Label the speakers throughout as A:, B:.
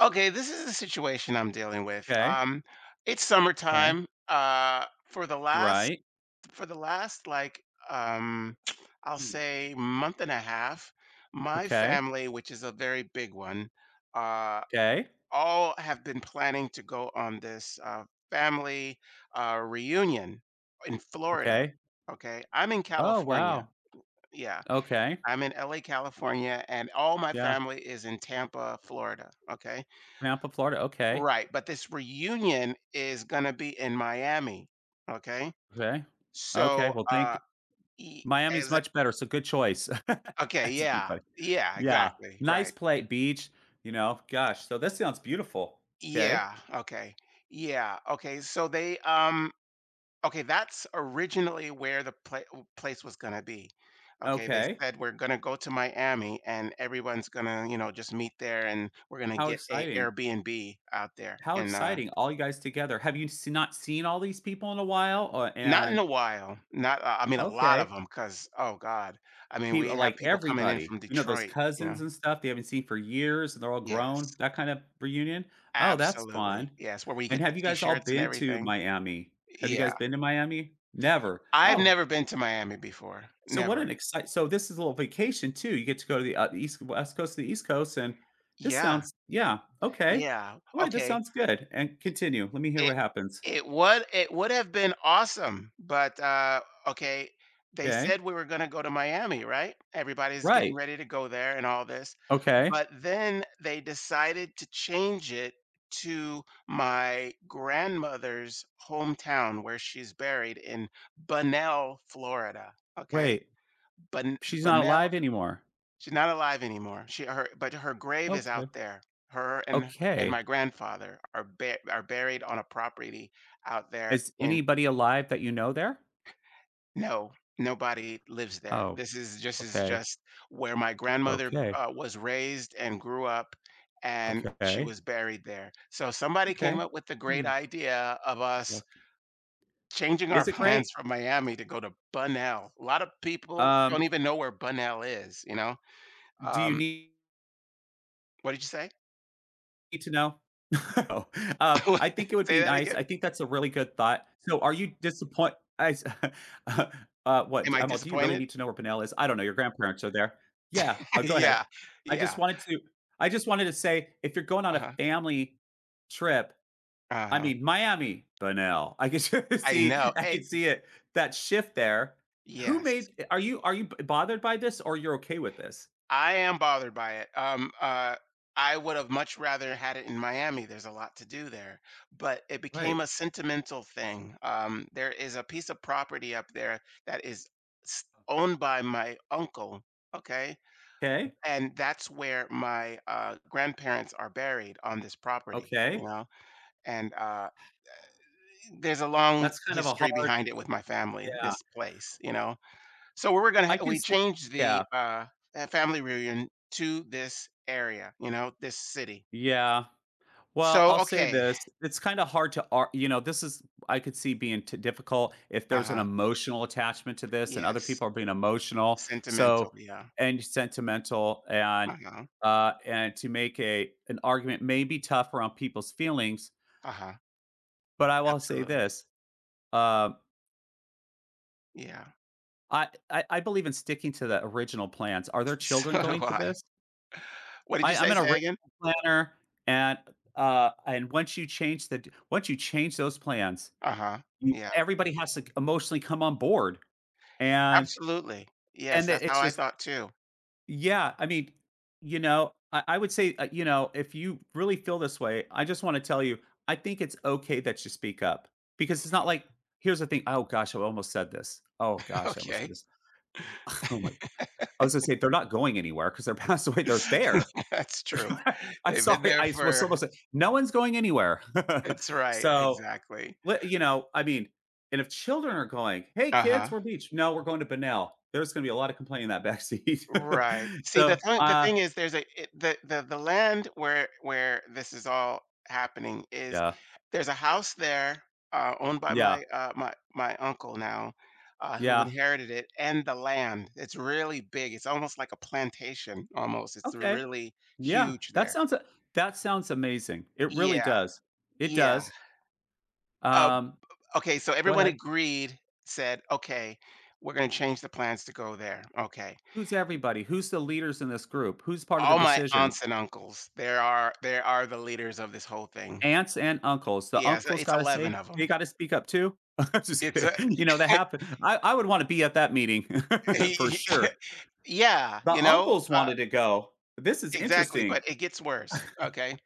A: Okay, this is the situation I'm dealing with.
B: Okay. Okay.
A: It's summertime. For the last
B: Right.
A: for the last like um, I'll
B: Hmm.
A: say month and a half. My
B: Okay.
A: family, which is a very big one, uh,
B: Okay.
A: all have been planning to go on this family reunion in Florida.
B: Okay.
A: Okay, I'm in
B: Oh,
A: California.
B: wow.
A: Yeah,
B: Okay.
A: I'm in LA, California, and all my
B: Yeah.
A: family is in Tampa, Florida. Okay.
B: Tampa, Florida, okay,
A: Right, but this reunion is gonna be in Miami, okay?
B: okay. Okay,
A: So,
B: well,
A: uh,
B: thank
A: e
B: Miami's
A: as a-
B: much better, so good choice.
A: okay,
B: That's pretty
A: yeah,
B: funny.
A: yeah,
B: Yeah.
A: exactly,
B: Nice
A: right.
B: play beach, you know? Gosh, so this sounds beautiful. 'Kay,
A: Yeah, okay, yeah, okay, so they, okay, that's originally where the place was gonna be. Okay, they
B: okay.
A: said, "We're gonna go to Miami, and everyone's gonna, you know, just meet there, and we're gonna
B: How
A: get a
B: exciting.
A: Airbnb out there
B: How
A: in."
B: exciting, all you guys together. Have you s not seen all these people in a while? Or
A: Not in a
B: and
A: while, not I mean, a lot of
B: okay.
A: them. Cause oh god, I mean, we
B: People
A: have
B: like,
A: people coming in
B: everybody.
A: from
B: You know, those
A: Detroit,
B: cousins and stuff they haven't seen for years, and they're all grown,
A: Yes,
B: that kind of reunion? Oh, that's
A: absolutely,
B: fun.
A: yes, where we
B: And
A: get the
B: have you guys all
A: T-shirts and
B: been to
A: everything.
B: Miami? Have you
A: Yeah,
B: guys been to Miami? Never.
A: I've
B: Oh,
A: never been to Miami before,
B: so what
A: never.
B: an excite so this is a little vacation too. You get to go to the, East West Coast to the East Coast, and this
A: Yeah,
B: sounds yeah, okay.
A: yeah,
B: Alright, this
A: okay.
B: sounds good, and continue. Let me hear
A: It
B: what happens.
A: it would have been awesome, but okay, they
B: Okay.
A: said we were gonna go to Miami, right? Everybody's getting
B: Right.
A: ready to go there and all this,
B: Okay.
A: but then they decided to change it to my grandmother's hometown where she's buried in Bunnell, Florida, okay?
B: Wait,
A: Bunn
B: she's not
A: Bunnell
B: alive anymore.
A: She's not alive anymore. She her but her grave is
B: Okay.
A: out there. Her and
B: Okay.
A: my grandfather are buried on a property out there,
B: Is
A: and
B: anybody alive that you know there?
A: no, nobody lives there.
B: Oh,
A: This is just is
B: okay,
A: just where my grandmother
B: okay,
A: was raised and grew up, and she
B: okay,
A: was buried there. So somebody came
B: okay.
A: up with the great
B: Hmm,
A: idea of us
B: look
A: changing our
B: is it
A: plans
B: great?
A: from Miami to go to Bunnell. A lot of people
B: Um,
A: don't even know where Bunnell is. You know,
B: do you
A: um,
B: need
A: what did you say?
B: need to know? No, I think it would
A: Say
B: be
A: that
B: nice.
A: again.
B: I think that's a really good thought. So are you disappointed? I s uh,
A: Am
B: what?
A: I
B: I'm all, "Do you really
A: disappointed?
B: need to know where Pinnell is?" I don't know, your grandparents are there. Yeah, go ahead.
A: Yeah,
B: I just
A: yeah,
B: wanted to I just wanted to say, if you're going on a
A: uh-huh,
B: family trip. I
A: uh-huh.
B: mean, Miami, Bunnell. I could
A: I
B: see
A: know,
B: I
A: eh
B: can see it, that shift there. Who
A: yes,
B: made are you b bothered by this, or you're okay with this?
A: I am bothered by it, I would have much rather had it in Miami, there's a lot to do there, but it became
B: Right.
A: a sentimental thing. Um, there is a piece of property up there that is s owned by my uncle, okay,
B: Okay.
A: and that's where my, grandparents are buried on this property, you
B: Okay.
A: know, and, uh there's a long
B: That's kind of a
A: history
B: hard,
A: behind it with my family,
B: yeah.
A: this place, you know? So we were gonna
B: I
A: ha
B: can
A: we
B: see
A: changed the,
B: Yeah,
A: family reunion to this area, you know, this city.
B: yeah. Well,
A: So,
B: I'll say
A: okay.
B: this, it's kinda hard to ar you know, this is I could see being t difficult if there's an
A: Uh-huh.
B: emotional attachment to this and other
A: Yes.
B: people are being emotional,
A: Sentimental,
B: so
A: yeah.
B: and sentimental, and,
A: Uh-huh.
B: uh, and to make a an argument may be tough around people's feelings,
A: Uh-huh.
B: but I will say
A: Absolutely.
B: this, um,
A: Yeah.
B: I believe in sticking to the original plans. Are there children
A: So do
B: going to
A: I.
B: this?
A: What did you
B: I'm
A: say?
B: an
A: Say again?
B: original planner, and, and once you change those plans,
A: Uh-huh.
B: You
A: Yeah.
B: everybody has to emotionally come on board, and
A: Absolutely. Yes, that's how
B: it's
A: I
B: just,
A: thought too.
B: yeah, I mean, you know, I would say, if you really feel this way, I just wanna tell you, I think it's okay that you speak up, because it's not like here's the thing, "Oh gosh, I almost said this. Oh gosh, I almost said
A: Okay.
B: this. Oh my." I was gonna say, they're not going anywhere because 'cause they're passed away, they're there.
A: That's true.
B: I'm
A: They've been
B: sorry,
A: there
B: I was
A: for
B: almost say, no one's going anywhere.
A: it's right,
B: So
A: exactly.
B: Well, you know, I mean, and if children are going, "Hey, kids,
A: Uh-huh.
B: we're beach." "No, we're going to Benel. There's gonna be a lot of complaining in that backseat."
A: Right. See, the
B: So,
A: thing the thing is there's a it the land where this is all happening is
B: yeah,
A: there's a house there, owned by
B: yeah,
A: my, my uncle now, who
B: yeah.
A: inherited it and the land. It's really big. It's almost like a plantation almost. It's
B: Okay.
A: really
B: Yeah,
A: huge there.
B: that sounds amazing. It really
A: Yeah,
B: does. It
A: yeah.
B: does.
A: Uh,
B: Um,
A: okay, so
B: go
A: everyone
B: ahead.
A: agreed, said, "Okay, we're gonna change the plans to go there." Okay.
B: Who's everybody? Who's the leaders in this group? Who's part of the
A: All my
B: decision?
A: aunts and uncles, there are the leaders of this whole thing.
B: Aunts and uncles. The
A: Yes,
B: uncles
A: it's
B: gotta
A: 11
B: say
A: of them.
B: they gotta speak up too? I'm just
A: It's a
B: kidding. You know, that happened. I would wanna be at that meeting for
A: he
B: sure.
A: Yeah,
B: The
A: you know,
B: uncles wanted to go. This is
A: exactly,
B: interesting.
A: but it gets worse, okay?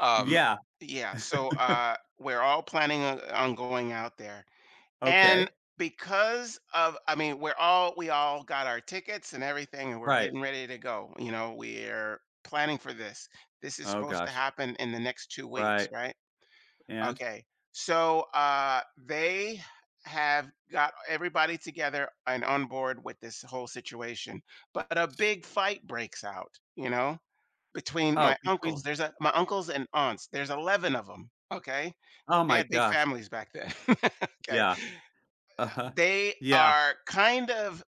A: Um,
B: Yeah,
A: yeah, so, we're all planning on going out there, and
B: okay,
A: because of I mean, we all got our tickets and everything, and we're
B: right.
A: getting ready to go, you know, we're planning for this. This is
B: Oh
A: supposed to
B: gosh,
A: happen in the next 2 weeks,
B: right,
A: right?
B: and?
A: Okay. So they have got everybody together and on board with this whole situation. But a big fight breaks out, you know, between
B: Oh,
A: my uncles.
B: between
A: There's a my uncles and aunts. There's 11 of them. Okay.
B: oh
A: They
B: my
A: had big
B: gosh,
A: families back then. Okay.
B: yeah, uh-huh,
A: They
B: yeah,
A: are kind of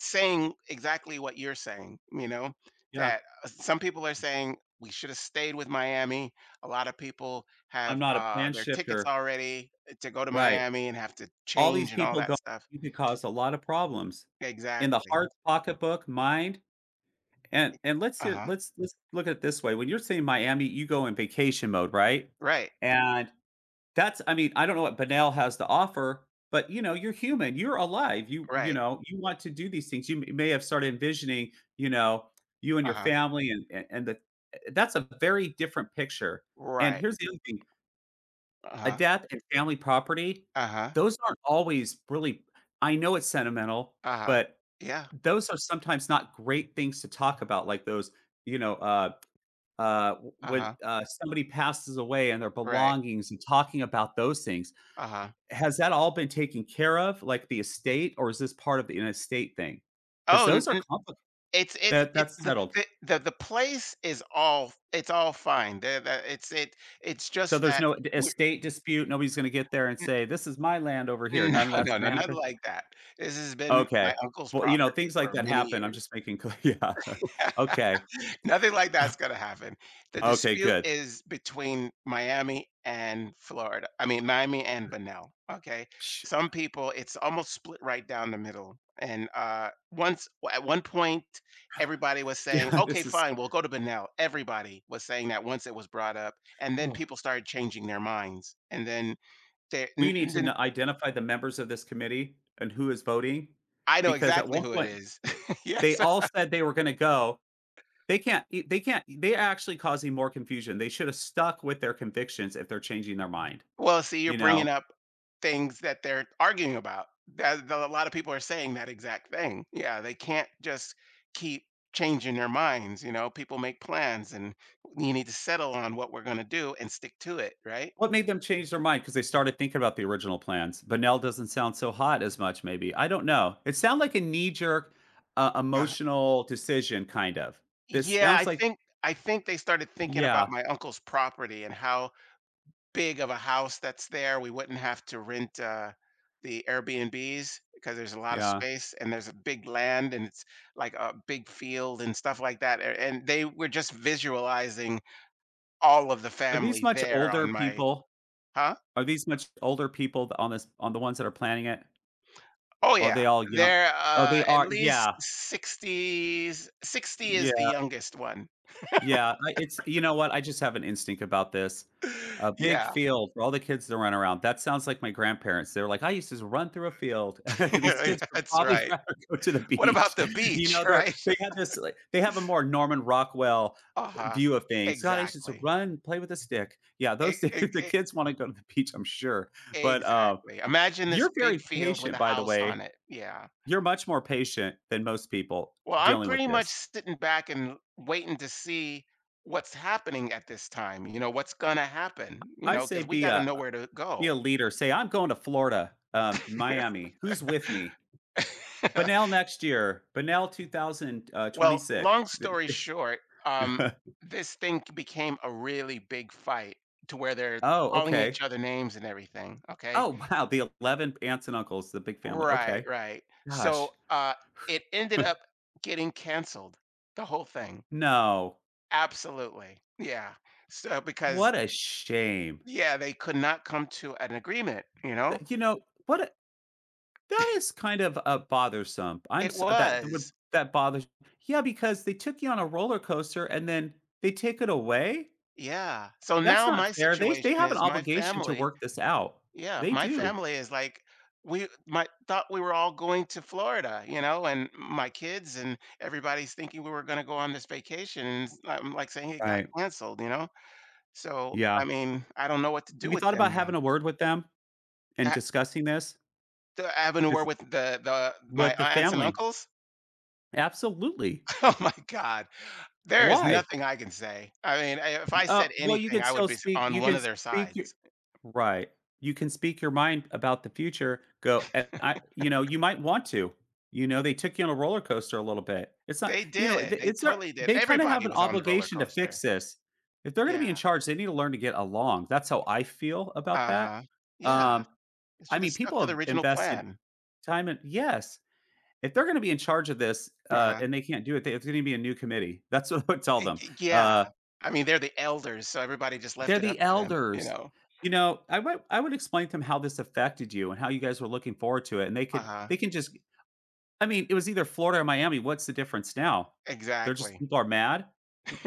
A: saying exactly what you're saying, you know,
B: yeah.
A: that some people are saying we should have stayed with Miami. A lot of people
B: I'm
A: have
B: not a plan
A: their tickets
B: shifter,
A: already to go to
B: right.
A: Miami and have to
B: All these
A: change and all
B: people
A: that
B: go
A: stuff.
B: you could cause a lot of problems in the
A: Exactly.
B: heart, pocketbook, mind, and let's
A: Uh
B: hear,
A: huh.
B: let's look at it this way, when you're saying Miami, you go in vacation mode, right?
A: Right.
B: And That's I mean, I don't know what Bunnell has to offer, but, you know, you're human, you're alive,
A: Right.
B: you want to do these things. You m may have started envisioning, you know, you and
A: Uh
B: your
A: huh.
B: family, and that's a very different picture, and
A: Right.
B: here's the other thing,
A: Uh
B: a
A: huh.
B: death and family property,
A: Uh huh.
B: those aren't always really. I know it's sentimental,
A: Uh huh.
B: but
A: Yeah.
B: those are sometimes not great things to talk about, like those, you know, w
A: Uh
B: when,
A: huh.
B: somebody passes away and their
A: Right.
B: belongings and talking about those things.
A: Uh huh.
B: Has that all been taken care of, like the estate, or is this part of the an estate thing? Because
A: Oh, n-
B: those are
A: n-
B: complicated.
A: it's
B: That
A: it
B: that's
A: the,
B: settled.
A: the place is all it's all fine. The, it's it it's
B: So
A: just
B: there's
A: that
B: no
A: we
B: estate dispute. Nobody's going to get there and say, "This is my land over here."
A: mm,
B: None of
A: no,
B: that's
A: no, no,
B: going to
A: nothing
B: happen.
A: like that. This has been my
B: Okay.
A: uncle's
B: Well, you know,
A: property
B: things like
A: for
B: that
A: many
B: happen. I'm
A: years.
B: just making clear. Yeah. Okay.
A: Nothing like that's gonna happen. The
B: Okay.
A: dispute
B: Good.
A: is between Miami and Florida. I mean, Miami and Bunnell, okay?
B: Psh.
A: Some people, it's almost split right down the middle. And once at one point, everybody was saying,
B: Yeah.
A: "Okay,
B: This is.
A: fine, we'll go to Bunnell." Everybody was saying that once it was brought up, and then
B: Oh.
A: people started changing their minds. And then they,
B: We
A: n-
B: need
A: n-
B: to
A: then
B: identify the members of this committee and who is voting,
A: I know
B: because at
A: exactly
B: one
A: who it
B: point
A: is.
B: th- they
A: Yes,
B: all said they were going to go. They can't e they can't they're actually causing more confusion. They should have stuck with their convictions if they're changing their mind,
A: well, see, you're
B: you
A: bringing
B: know?
A: up things that they're arguing about. That a lot of people are saying that exact thing. Yeah, they can't just keep changing their minds, you know? People make plans, and you need to settle on what we're gonna do and stick to it, right?
B: What made them change their mind? Because they started thinking about the original plans. Bunnell doesn't sound so hot as much, maybe, I don't know. It sound like a knee-jerk,
A: Uh,
B: emotional decision kind of. This
A: yeah, I
B: sounds like
A: think I think they started thinking about
B: Yeah,
A: my uncle's property and how big of a house that's there. We wouldn't have to rent the Airbnbs because there's a lot of
B: yeah.
A: space and there's a big land and it's like a big field and stuff like that. And they were just visualizing all of the
B: Are these
A: family
B: much
A: there on
B: older
A: my,
B: people?
A: huh?
B: Are these much older people on the ones that are planning it?
A: Oh
B: Or are
A: yeah,
B: they all young?
A: they're
B: Oh, they
A: at
B: are
A: least
B: yeah,
A: 60s. 60
B: yeah.
A: is the youngest one.
B: Yeah, I it's you know what, I just have an instinct about this. A big
A: Yeah,
B: field for all the kids to run around. That sounds like my grandparents. They were like, "I used to just run through a field." These kids would
A: that's
B: probably
A: right.
B: rather go to the
A: What about
B: beach.
A: the
B: You
A: beach,
B: know,
A: right?
B: they have this, like they have a more Norman Rockwell
A: Uh-huh.
B: view of things. "God, I used to just
A: Exactly.
B: run, play with a stick." Yeah,
A: E-
B: those days,
A: e-
B: the kids wanna go to the beach, I'm sure. But,
A: Exactly. Imagine this
B: you're
A: big
B: very
A: field with
B: patient,
A: a
B: by the
A: house
B: way.
A: on it. Yeah.
B: You're much more patient than most people
A: Well, I'm
B: dealing with
A: pretty much
B: this.
A: sitting back and waiting to see what's happening at this time, you know, what's going to happen, you
B: I
A: know,
B: say
A: because we
B: be
A: got to
B: a
A: know where to
B: Be a
A: go.
B: leader. Say, "I'm going to Florida, Miami. Who's with me? Bunnell next year. Bunnell
A: Well,
B: 2026."
A: long story short, this thing became a really big fight to where they're
B: Oh,
A: calling each
B: okay.
A: other names and everything. Okay.
B: Oh, wow, the 11 aunts and uncles, the big family.
A: Right,
B: Okay.
A: right.
B: Gosh.
A: So it ended up getting canceled, the whole thing.
B: No.
A: Absolutely. Yeah. So because
B: What a shame.
A: yeah, they could not come to an agreement, you know?
B: Th you know, what a that is kind of, bothersome. I'm
A: It
B: s that would
A: was.
B: that bothers. Yeah, because they took you on a roller coaster, and then they take it away?
A: Yeah. So
B: That's
A: now
B: not
A: my
B: fair. They
A: situation
B: have an
A: is my
B: obligation to
A: family
B: work this out.
A: yeah,
B: They
A: my
B: do.
A: family is like we my thought we were all going to Florida, you know, and my kids and everybody's thinking we were going to go on this vacation. And I'm like saying it got
B: Right.
A: canceled, you know? So, I
B: Yeah.
A: mean, I don't know what to do
B: Have you
A: with
B: thought
A: them
B: about
A: now.
B: having a word with them and
A: Ha-
B: discussing this?
A: the avenue where
B: Is
A: with the my
B: with the
A: aunts and
B: family?
A: uncles.
B: Absolutely.
A: Oh my God. There is
B: Why?
A: nothing I can say. I mean, I if I said
B: Well,
A: anything, I would be s on
B: you
A: one
B: can
A: of their
B: speak your
A: sides.
B: Right. You can speak your mind about the future, go and I you know, you might want to. You know, they took you on a roller coaster a little bit. It's not,
A: They
B: you know,
A: did,
B: th
A: they
B: it's their
A: totally did.
B: they kinda have
A: Everybody
B: an
A: was on the roller
B: obligation to
A: coaster.
B: fix this. If they're gonna be in
A: Yeah.
B: charge, they need to learn to get along. That's how I feel about that.
A: Uh-huh. Yeah.
B: Um,
A: It
B: I
A: should have
B: mean,
A: stuck
B: people
A: to the
B: have
A: original
B: invested
A: plan.
B: time, and Yes. If they're gonna be in charge of this,
A: Uh-huh.
B: and they can't do it, they it's gonna be a new committee. That's what I would tell them. Uh
A: Yeah. I mean, they're the elders, so everybody just left
B: They're
A: it up
B: the
A: to them, you
B: elders.
A: know?
B: You know, I would explain to them how this affected you and how you guys were looking forward to it, and
A: Uh-huh.
B: they can just. I mean, it was either Florida or Miami, what's the difference now? They're just
A: Exactly.
B: people are mad.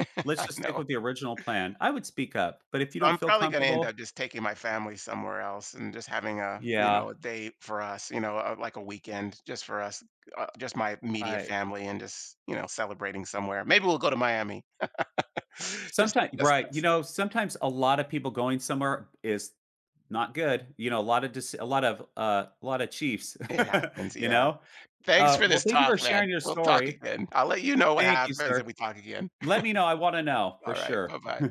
B: Let's
A: I
B: just stick
A: know.
B: with the original plan. I would speak up, but if you
A: So
B: don't
A: I'm
B: feel
A: probably going to end
B: comfortable.
A: up just taking my family somewhere else and just having a, you
B: Yeah,
A: know, a day for us, you know, like a weekend just for us, just my immediate
B: I
A: family and just, you know, celebrating somewhere. Maybe we'll go to Miami. just just
B: you
A: us.
B: know, sometimes a lot of people going somewhere is not good. You know, a lot of dis a lot of chiefs,
A: It happens.
B: you
A: Yeah.
B: know?
A: Thanks for
B: Well,
A: this
B: thank you
A: talk,
B: for
A: man.
B: sharing your
A: We'll talk
B: story.
A: again. I'll let you know what
B: Thank you,
A: happens
B: sir.
A: if we talk again.
B: Let me know, I wanna know for
A: All right.
B: sure.
A: Bye-bye.